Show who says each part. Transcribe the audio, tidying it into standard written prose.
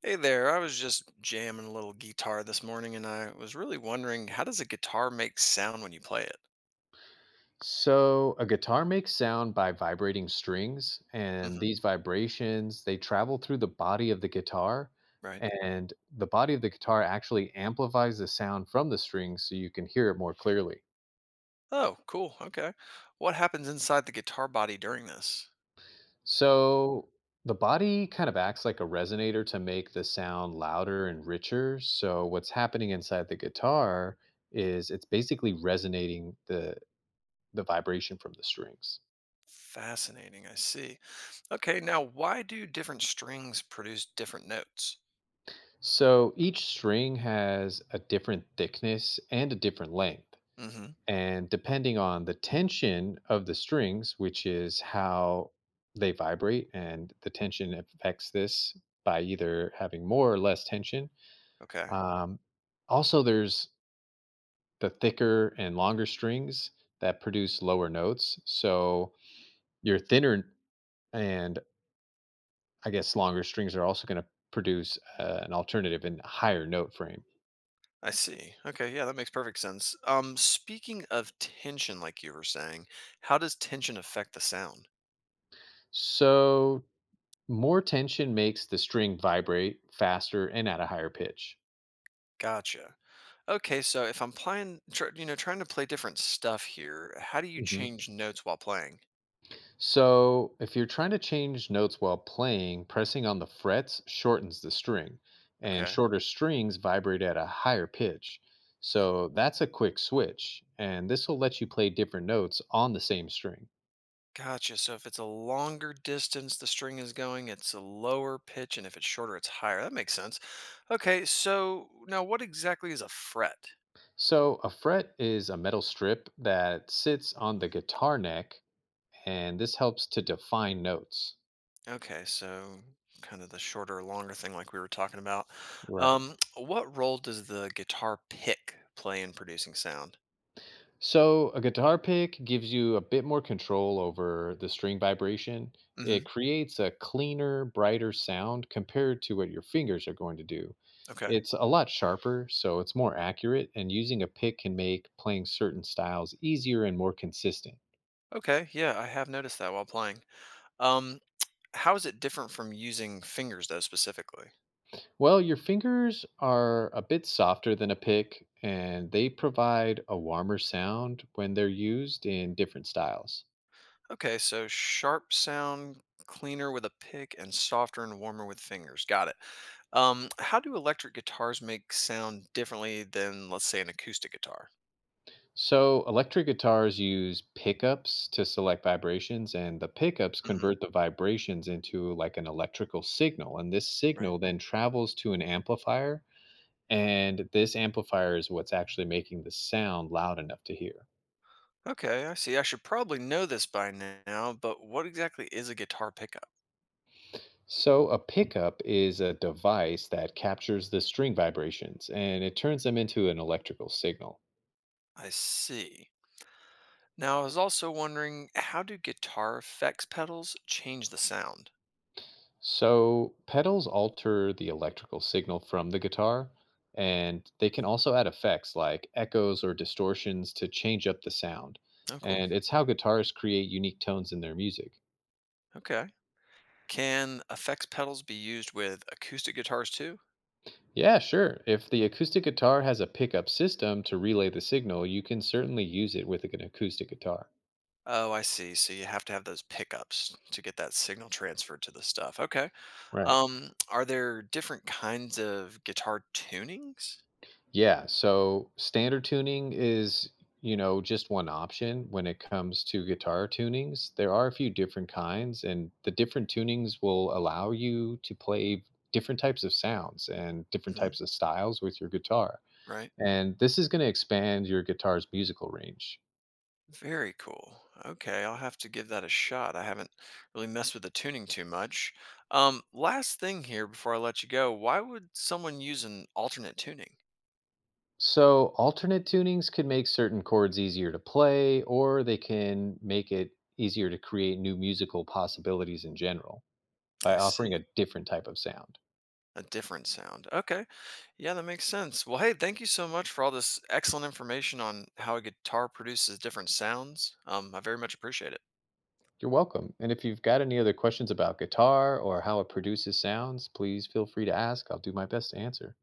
Speaker 1: Hey there, I was just jamming a little guitar this morning and I was really wondering, how does a guitar make sound when you play it?
Speaker 2: So a guitar makes sound by vibrating strings, and
Speaker 1: Hmm.
Speaker 2: these vibrations they travel through the body of the guitar,
Speaker 1: Right.
Speaker 2: and the body of the guitar actually amplifies the sound from the strings so you can hear it more clearly.
Speaker 1: Oh, cool. Okay. What happens inside the guitar body during this?
Speaker 2: So the body kind of acts like a resonator to make the sound louder and richer. So what's happening inside the guitar is it's basically resonating the vibration from the strings.
Speaker 1: Fascinating, I see. Okay, now why do different strings produce different notes?
Speaker 2: So each string has a different thickness and a different length.
Speaker 1: Hmm.
Speaker 2: And depending on the tension of the strings, which is how they vibrate, and the tension affects this by either having more or less tension.
Speaker 1: Okay.
Speaker 2: Um, Also, there's the thicker and longer strings that produce lower notes. So your thinner and I guess longer strings are also going to produce an alternative and higher note frame.
Speaker 1: I see. Okay, yeah, that makes perfect sense. Speaking of tension, like you were saying, how does tension affect the sound?
Speaker 2: So more tension makes the string vibrate faster and at a higher pitch.
Speaker 1: Gotcha. Okay, so if I'm playing, trying to play different stuff here, how do you
Speaker 2: Hmm.
Speaker 1: change notes while playing?
Speaker 2: So, if you're trying to change notes while playing, pressing on the frets shortens the string, and
Speaker 1: Okay,
Speaker 2: shorter strings vibrate at a higher pitch. So, that's a quick switch, and this will let you play different notes on the same string.
Speaker 1: gotcha. So if it's a longer distance the string is going, it's a lower pitch, and if it's shorter, it's higher. That makes sense. Okay, so now what exactly is a fret?
Speaker 2: So, a fret is a metal strip that sits on the guitar neck, and this helps to define notes.
Speaker 1: Okay, so kind of the shorter, longer thing like we were talking about.
Speaker 2: Right.
Speaker 1: What role does the guitar pick play in producing sound?
Speaker 2: So, a guitar pick gives you a bit more control over the string vibration. It
Speaker 1: Hmm.
Speaker 2: creates a cleaner, brighter sound compared to what your fingers are going to do.
Speaker 1: Okay.
Speaker 2: It's a lot sharper, so it's more accurate, and using a pick can make playing certain styles easier and more consistent.
Speaker 1: Okay, yeah, I have noticed that while playing. Um, how is it different from using fingers though specifically?
Speaker 2: Well, your fingers are a bit softer than a pick, and they provide a warmer sound when they're used in different styles.
Speaker 1: Okay, so sharp sound, cleaner with a pick, and softer and warmer with fingers. Got it. How do electric guitars make sound differently than, let's say, an acoustic guitar?
Speaker 2: So, electric guitars use pickups to select vibrations, and the pickups
Speaker 1: Hmm.
Speaker 2: convert the vibrations into like an electrical signal. And this
Speaker 1: Right.
Speaker 2: signal then travels to an amplifier, and this amplifier is what's actually making the sound loud enough to hear.
Speaker 1: Okay, I see. I should probably know this by now, but what exactly is a guitar pickup?
Speaker 2: So, a pickup is a device that captures the string vibrations and it turns them into an electrical signal.
Speaker 1: I see. Now, I was also wondering, how do guitar effects pedals change the sound?
Speaker 2: So, pedals alter the electrical signal from the guitar, and they can also add effects like echoes or distortions to change up the sound.
Speaker 1: Oh, cool.
Speaker 2: And it's how guitarists create unique tones in their music.
Speaker 1: Okay. Can effects pedals be used with acoustic guitars too?
Speaker 2: Yeah, sure. If the acoustic guitar has a pickup system to relay the signal, you can certainly use it with an acoustic guitar.
Speaker 1: Oh, I see. So you have to have those pickups to get that signal transferred to the stuff. Okay.
Speaker 2: Right.
Speaker 1: Are there different kinds of guitar tunings?
Speaker 2: Yeah, so standard tuning is, just one option when it comes to guitar tunings. There are a few different kinds, and the different tunings will allow you to play different types of sounds and different
Speaker 1: Mhm.
Speaker 2: types of styles with your guitar.
Speaker 1: Right.
Speaker 2: And this is going to expand your guitar's musical range.
Speaker 1: Very cool. Okay, I'll have to give that a shot. I haven't really messed with the tuning too much. Last thing here before I let you go, why would someone use an alternate tuning?
Speaker 2: So, alternate tunings can make certain chords easier to play, or they can make it easier to create new musical possibilities in general, by
Speaker 1: I
Speaker 2: offering
Speaker 1: see.
Speaker 2: a different type of sound.
Speaker 1: A different sound. Okay. Yeah, that makes sense. Well, hey, thank you so much for all this excellent information on how a guitar produces different sounds. I very much appreciate it.
Speaker 2: You're welcome. And if you've got any other questions about guitar or how it produces sounds, please feel free to ask. I'll do my best to answer.